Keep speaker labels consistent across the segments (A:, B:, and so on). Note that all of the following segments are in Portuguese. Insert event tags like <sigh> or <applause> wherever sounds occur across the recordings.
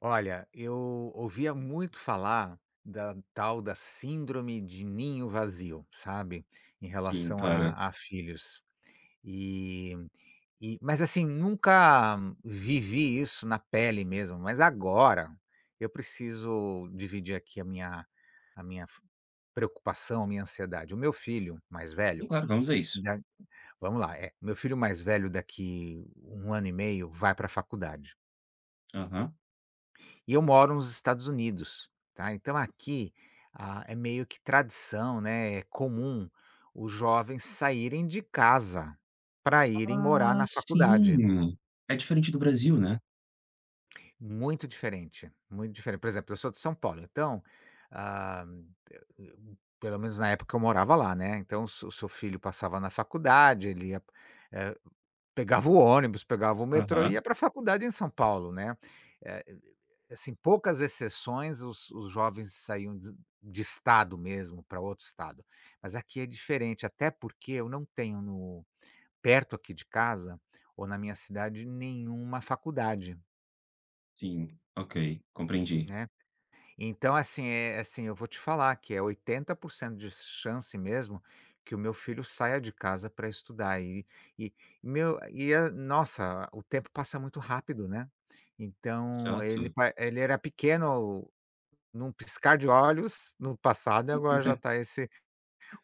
A: Olha, eu ouvia muito falar da tal da síndrome de ninho vazio, sabe, em
B: Sim,
A: relação
B: claro.
A: a filhos. E mas, assim, nunca vivi isso na pele mesmo, mas agora eu preciso dividir aqui a minha f preocupação, a minha ansiedade. O meu filho mais velho,
B: Claro, vamos a isso.
A: da vamos lá, eh, meu filho mais velho daqui um ano e meio vai para a faculdade.
B: Aham.
A: E eu moro nos Estados Unidos, tá, então aqui, é meio que tradição, né, é comum os jovens saírem de casa para irem morar
B: Ah,
A: na faculdade.
B: sim! É diferente do Brasil, né?
A: Muito diferente, muito diferente. Por exemplo, eu sou de São Paulo, então, ah, pelo menos na época eu morava lá, né, então o seu filho passava na faculdade, ele ia, eh pegava o ônibus, pegava o metrô e
B: Aham,
A: ia pra faculdade em São Paulo, né. Eh, assim, poucas exceções os jovens saíam de estado mesmo para outro estado. Mas aqui é diferente, até porque eu não tenho no perto aqui de casa, ou na minha cidade, nenhuma faculdade,
B: sim. Ok, compreendi.
A: né. Então, assim, é assim, eu vou te falar que é 80% de chance mesmo que o meu filho saia de casa para estudar e meu e a nossa, o tempo passa muito rápido, né. Então
B: Certo.
A: ele era pequeno num piscar de olhos no passado e agora já está
B: <laughs>
A: esse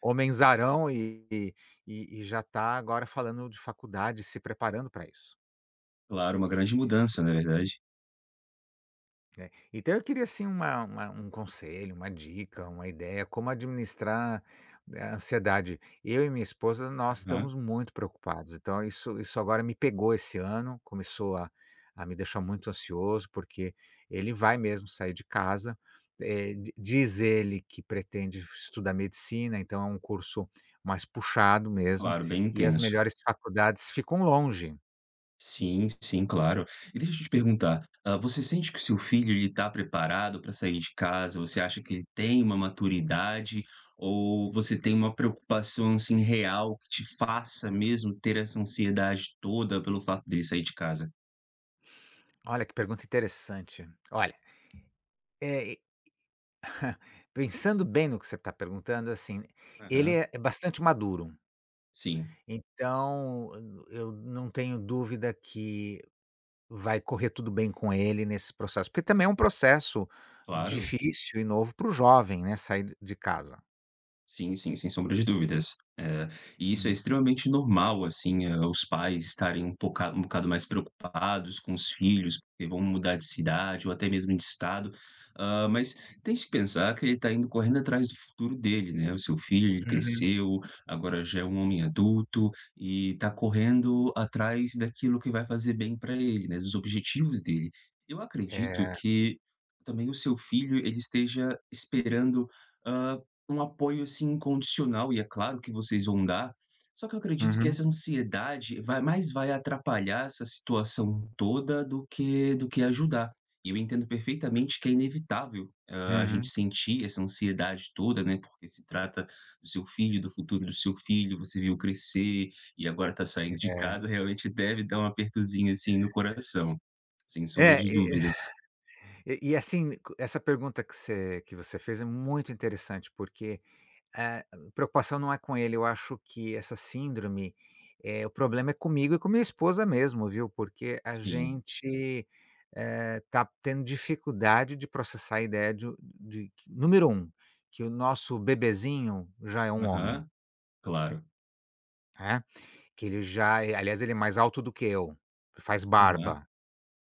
A: homenzarão e já está agora falando de faculdade, se preparando para isso.
B: Claro, uma grande mudança, na verdade.
A: É. Então eu queria assim uma um conselho, uma dica, uma ideia, como administrar, né, a ansiedade. Eu e minha esposa, nós
B: Aham.
A: estamos muito preocupados, então isso agora me pegou esse ano, começou a me deixar muito ansioso, porque ele vai mesmo sair de casa, eh, di diz ele que pretende estudar medicina, então é um curso mais puxado mesmo,
B: Claro, bem
A: e as
B: intenso.
A: melhores faculdades ficam longe.
B: Sim, sim, claro. E deixa eu te perguntar, você sente que o seu filho ele está preparado para sair de casa? Você acha que ele tem uma maturidade ou você tem uma preocupação, assim, real que te faça mesmo ter essa ansiedade toda pelo fato dele sair de casa?
A: Olha que pergunta interessante. Olha, eh pensando bem no que você está perguntando, assim, ele
B: Aham.
A: é bastante maduro,
B: Sim,
A: então eu não tenho dúvida que vai correr tudo bem com ele nesse processo, porque também é um processo
B: claro.
A: difícil e novo para o jovem, né, sair de casa.
B: Sim, sim, sem sombra de dúvidas. E isso é
A: Hum,
B: extremamente normal, assim, os pais estarem um poca um bocado mais preocupados com os filhos, porque vão mudar de cidade ou até mesmo de estado. Mas tem que pensar que ele está indo correndo atrás do futuro dele, né. O seu filho, ele
A: uhum.
B: cresceu, agora já é um homem adulto e está correndo atrás daquilo que vai fazer bem para ele, né, dos objetivos dele. Eu acredito
A: É.
B: que também o seu filho, ele esteja esperando, ah, um apoio, assim, incondicional e é claro que vocês vão dar, só que eu acredito que
A: Uhum,
B: essa ansiedade vai mais vai atrapalhar essa situação toda do que ajudar. E eu entendo perfeitamente que é inevitável, a gente
A: uhum.
B: sentir essa ansiedade toda, né, porque se trata do seu filho, do futuro do seu filho, você viu crescer e agora está saindo de
A: É.
B: casa, realmente deve dar um apertozinho, assim, no coração, sem sombra
A: É,
B: de
A: e
B: dúvidas.
A: e e assim, essa pergunta que você fez é muito interessante, porque Eh, preocupação não é com ele, eu acho que essa síndrome, o problema é comigo e com minha esposa mesmo, viu, porque a
B: Sim.
A: gente, tá tendo dificuldade de processar a ideia de que número um, que o nosso bebezinho já é um homem,
B: Aham. Claro.
A: né, que ele já é, aliás, ele é mais alto do que eu, faz
B: Aham.
A: barba,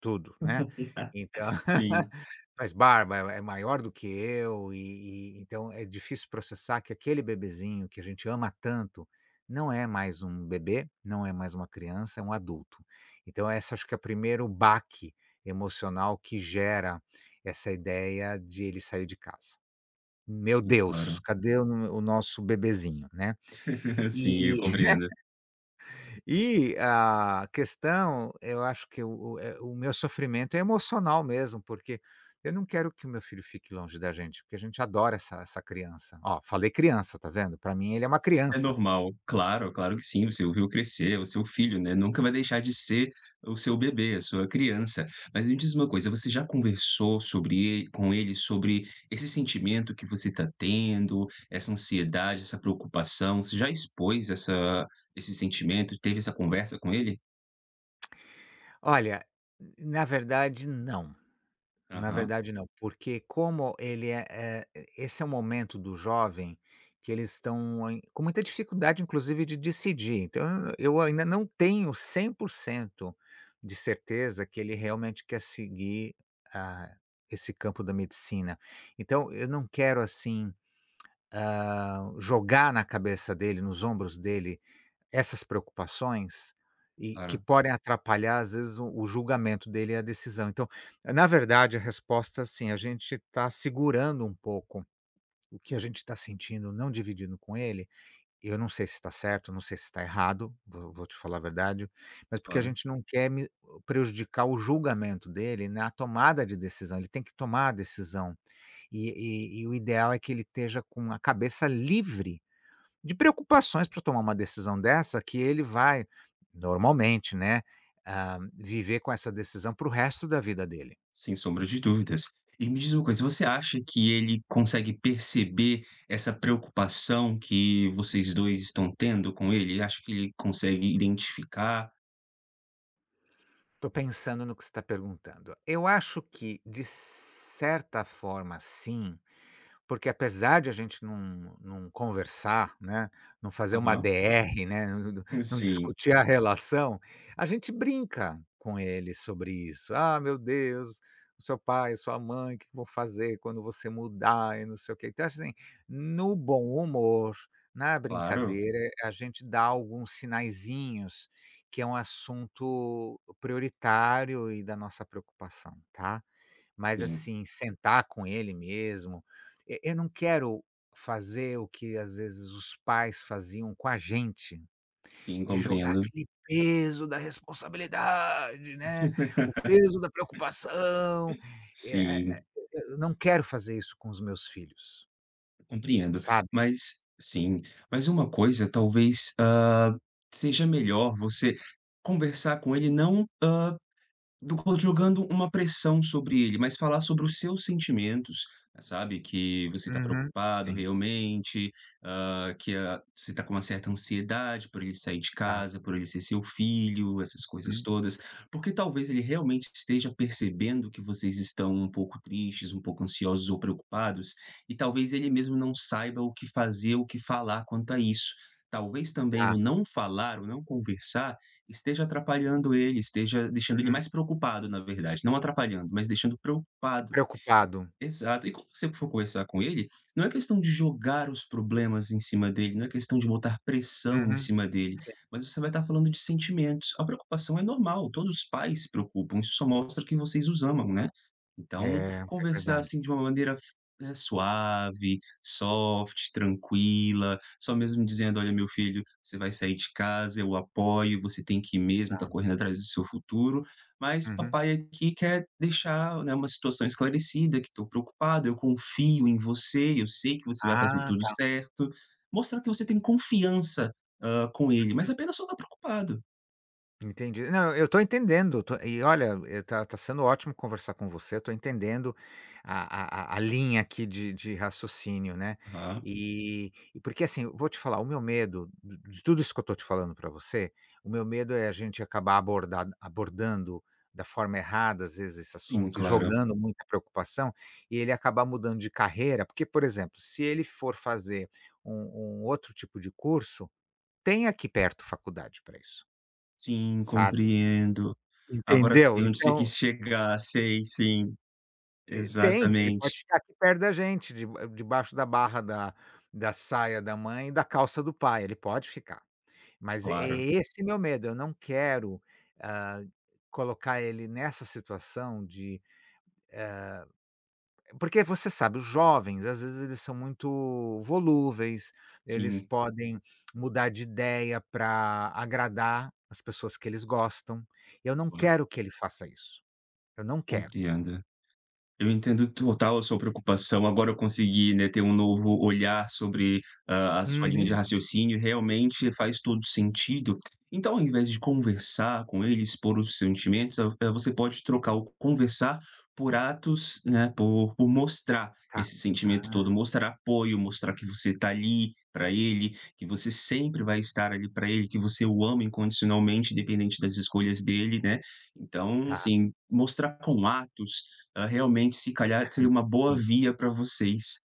A: tudo, né,
B: <laughs>
A: então
B: Sim.
A: faz barba, é maior do que eu e então é difícil processar que aquele bebezinho que a gente ama tanto, não é mais um bebê, não é mais uma criança, é um adulto. Então essa, acho que é o primeiro baque emocional que gera essa ideia de ele sair de casa. "Meu
B: Sim,
A: Deus,
B: claro.
A: cadê o nosso bebezinho?", né.
B: <laughs> Sim, eu
A: E
B: compreendo.
A: e a questão, eu acho que o meu sofrimento é emocional mesmo, porque eu não quero que o meu filho fique longe da gente, porque a gente adora essa criança. Ó, falei criança, tá vendo? Para mim ele é uma
B: É
A: criança.
B: normal. Claro, claro que sim, você o viu crescer, o seu filho, né, nunca vai deixar de ser o seu bebê, a sua criança. Mas me diz uma coisa, você já conversou sobre ele com ele sobre esse sentimento que você está tendo, essa ansiedade, essa preocupação? Você já expôs essa esse sentimento? Teve essa conversa com ele?
A: Olha, na verdade não. Na
B: Aham,
A: verdade não, porque como ele é esse é o momento do jovem que eles estão em com muita dificuldade inclusive de decidir, então eu ainda não tenho 100% de certeza que ele realmente quer seguir, ah, esse campo da medicina. Então eu não quero assim, jogar na cabeça dele, nos ombros dele essas preocupações, e que
B: claro,
A: podem atrapalhar, às vezes, o julgamento dele e a decisão. Então, na verdade, a resposta, assim, a gente está segurando um pouco o que a gente está sentindo, não dividindo com ele. Eu não sei se está certo, não sei se está errado, vou te falar a verdade, mas porque a
B: claro.
A: gente não quer me prejudicar o julgamento dele na tomada de decisão, ele tem que tomar a decisão. E e o ideal é que ele esteja com a cabeça livre de preocupações para tomar uma decisão dessa que ele vai, normalmente, né, viver com essa decisão para o resto da vida dele.
B: Sem sombra de dúvidas. E me diz uma coisa, você acha que ele consegue perceber essa preocupação que vocês 2 estão tendo com ele? Acha que ele consegue identificar?
A: Estou pensando no que você tá perguntando. Eu acho que, de certa forma, sim, porque apesar de a gente não conversar, né, não fazer uma
B: Aham.
A: DR, né, não
B: Sim,
A: discutir a relação, a gente brinca com ele sobre isso. "Ah, meu Deus, o seu pai, sua mãe, o que que vão fazer quando você mudar e não sei o quê". Então, assim, no bom humor, na
B: claro.
A: brincadeira, a gente dá alguns sinaizinhos que é um assunto prioritário e da nossa preocupação, tá? Mas,
B: Sim,
A: assim, sentar com ele mesmo, e eu não quero fazer o que às vezes os pais faziam com a gente,
B: sim,
A: de jogar
B: compreendo.
A: aquele peso da responsabilidade, né, o peso da preocupação, eh eh,
B: Sim,
A: eu não quero fazer isso com os meus filhos,
B: compreendo.
A: sabe?
B: Mas sim, mas uma coisa talvez, seja melhor você conversar com ele não do co jogando uma pressão sobre ele, mas falar sobre os seus sentimentos, sabe, que você está
A: Uhum,
B: preocupado
A: sim,
B: realmente, que a você está com uma certa ansiedade por ele sair de
A: tá,
B: casa, por ele ser seu filho, essas coisas
A: hum,
B: todas, porque talvez ele realmente esteja percebendo que vocês estão um pouco tristes, um pouco ansiosos ou preocupados, e talvez ele mesmo não saiba o que fazer, o que falar quanto a isso. Talvez também
A: tá,
B: o não falar, o não conversar, esteja atrapalhando ele, esteja deixando ele
A: hum,
B: mais preocupado, na verdade, não atrapalhando, mas deixando preocupado.
A: preocupado.
B: Exato. E quando você for conversar com ele, não é questão de jogar os problemas em cima dele, não é questão de botar pressão em
A: Uhum.
B: cima dele,
A: Sim.
B: mas você vai estar falando de sentimentos. A preocupação é normal, todos os pais se preocupam, isso só mostra que vocês os amam, né.
A: É,
B: Então,
A: é
B: conversar,
A: verdade,
B: assim, de uma maneira suave, soft, tranquila, só mesmo dizendo: "Olha, meu filho, você vai sair de casa, eu apoio, você tem que ir mesmo, tá
A: tá.
B: correndo atrás do seu futuro", mas
A: Uhum.
B: papai aqui quer deixar, né, uma situação esclarecida, que estou preocupado, eu confio em você, eu sei que você vai fazer
A: Ah,
B: tudo
A: tá.
B: certo. Mostrar que você tem confiança, com ele, mas apenas só está preocupado.
A: Entendi. Não, eu tô entendendo, tô, e olha, tá sendo ótimo conversar com você, eu tô entendendo a linha aqui de raciocínio, né.
B: Aham.
A: E porque, assim, eu vou te falar, o meu medo de tudo isso que eu tô te falando para você, o meu medo é a gente acabar abordado abordando da forma errada, às vezes, esse
B: Sim,
A: assunto e
B: claro.
A: jogando muita preocupação, e ele acabar mudando de carreira, porque, por exemplo, se ele for fazer um outro tipo de curso, tem aqui perto faculdade para isso,
B: Sim,
A: sabe.
B: compreendo. Agora
A: Entendeu?
B: sei onde você
A: Então,
B: quis chegar. Sei, sim.
A: tem, ele pode
B: Exatamente.
A: ficar aqui perto da gente, de debaixo da barra da saia da mãe e da calça do pai, ele pode ficar. Mas é
B: Claro.
A: esse meu medo, eu não quero, hã, colocar ele nessa situação de, porque você sabe, os jovens, às vezes, eles são muito volúveis, eles
B: Sim,
A: podem mudar de ideia para agradar as pessoas que eles gostam. Eu não
B: claro.
A: quero que ele faça isso, eu não quero.
B: Compreendo. Eu entendo total a sua preocupação. Agora eu consegui, né, ter um novo olhar sobre, a sua linha de
A: Uhum,
B: raciocínio e realmente faz todo sentido. Então, ao invés de conversar com ele, expor os sentimentos, você pode trocar o conversar por atos, né, por mostrar
A: tá.
B: esse sentimento
A: Ah,
B: todo, mostrar apoio, mostrar que você está ali para ele, que você sempre vai estar ali para ele, que você o ama incondicionalmente, independente das escolhas dele, né. Então,
A: tá.
B: assim, mostrar com atos, realmente, se calhar, seria uma boa
A: Sim.
B: via para vocês.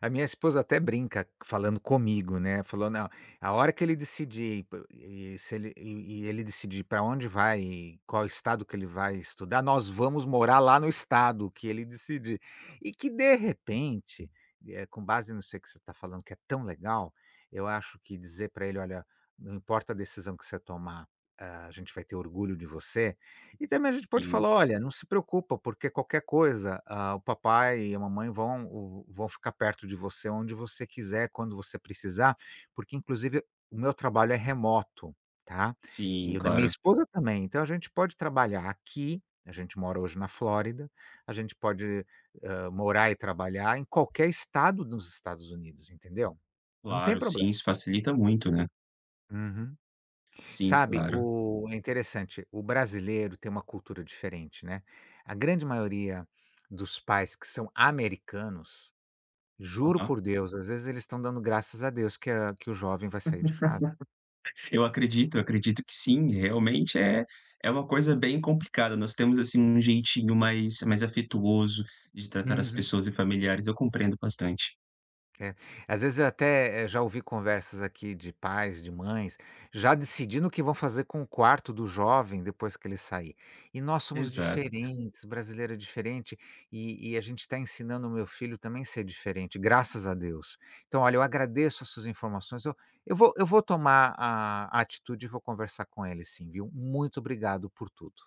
A: A minha esposa até brinca falando comigo, né, falou: "Não, a hora que ele decidir p e se ele ele decidir para onde vai e qual estado que ele vai estudar, nós vamos morar lá no estado que ele decidir". E que de repente, com base no aí que você está falando que é tão legal, eu acho que dizer para ele: "Olha, não importa a decisão que você tomar, a gente vai ter orgulho de você", e também a gente pode
B: Sim,
A: falar: "Olha, não se preocupa, porque qualquer coisa, o papai e a mamãe vão ficar perto de você onde você quiser, quando você precisar", porque inclusive o meu trabalho é remoto, tá,
B: sim,
A: e o da minha
B: claro.
A: esposa também. Então a gente pode trabalhar aqui, a gente mora hoje na Flórida, a gente pode, morar e trabalhar em qualquer estado nos Estados Unidos, entendeu? Não tem
B: Claro, sim,
A: problema.
B: isso facilita muito, né.
A: Uhum.
B: Sim,
A: Sabe,
B: claro.
A: o é interessante, o brasileiro tem uma cultura diferente, né. A grande maioria dos pais que são americanos, juro
B: Aham.
A: por Deus, às vezes eles estão dando graças a Deus que a que o jovem vai sair de casa.
B: Eu acredito que sim, realmente é é uma coisa bem complicada. Nós temos, assim, um jeitinho mais afetuoso de tratar as
A: Uhum.
B: pessoas e familiares, eu compreendo bastante.
A: É. Às vezes eu até, já ouvi conversas aqui de pais, de mães, já decidindo o que vão fazer com o quarto do jovem depois que ele sair. E nós somos
B: Exato.
A: diferentes, brasileiro é diferente, e a gente está ensinando o meu filho também a ser diferente, graças a Deus. Então, olha, eu agradeço as suas informações, eu vou tomar a atitude e vou conversar com ele sim, viu. Muito obrigado por tudo.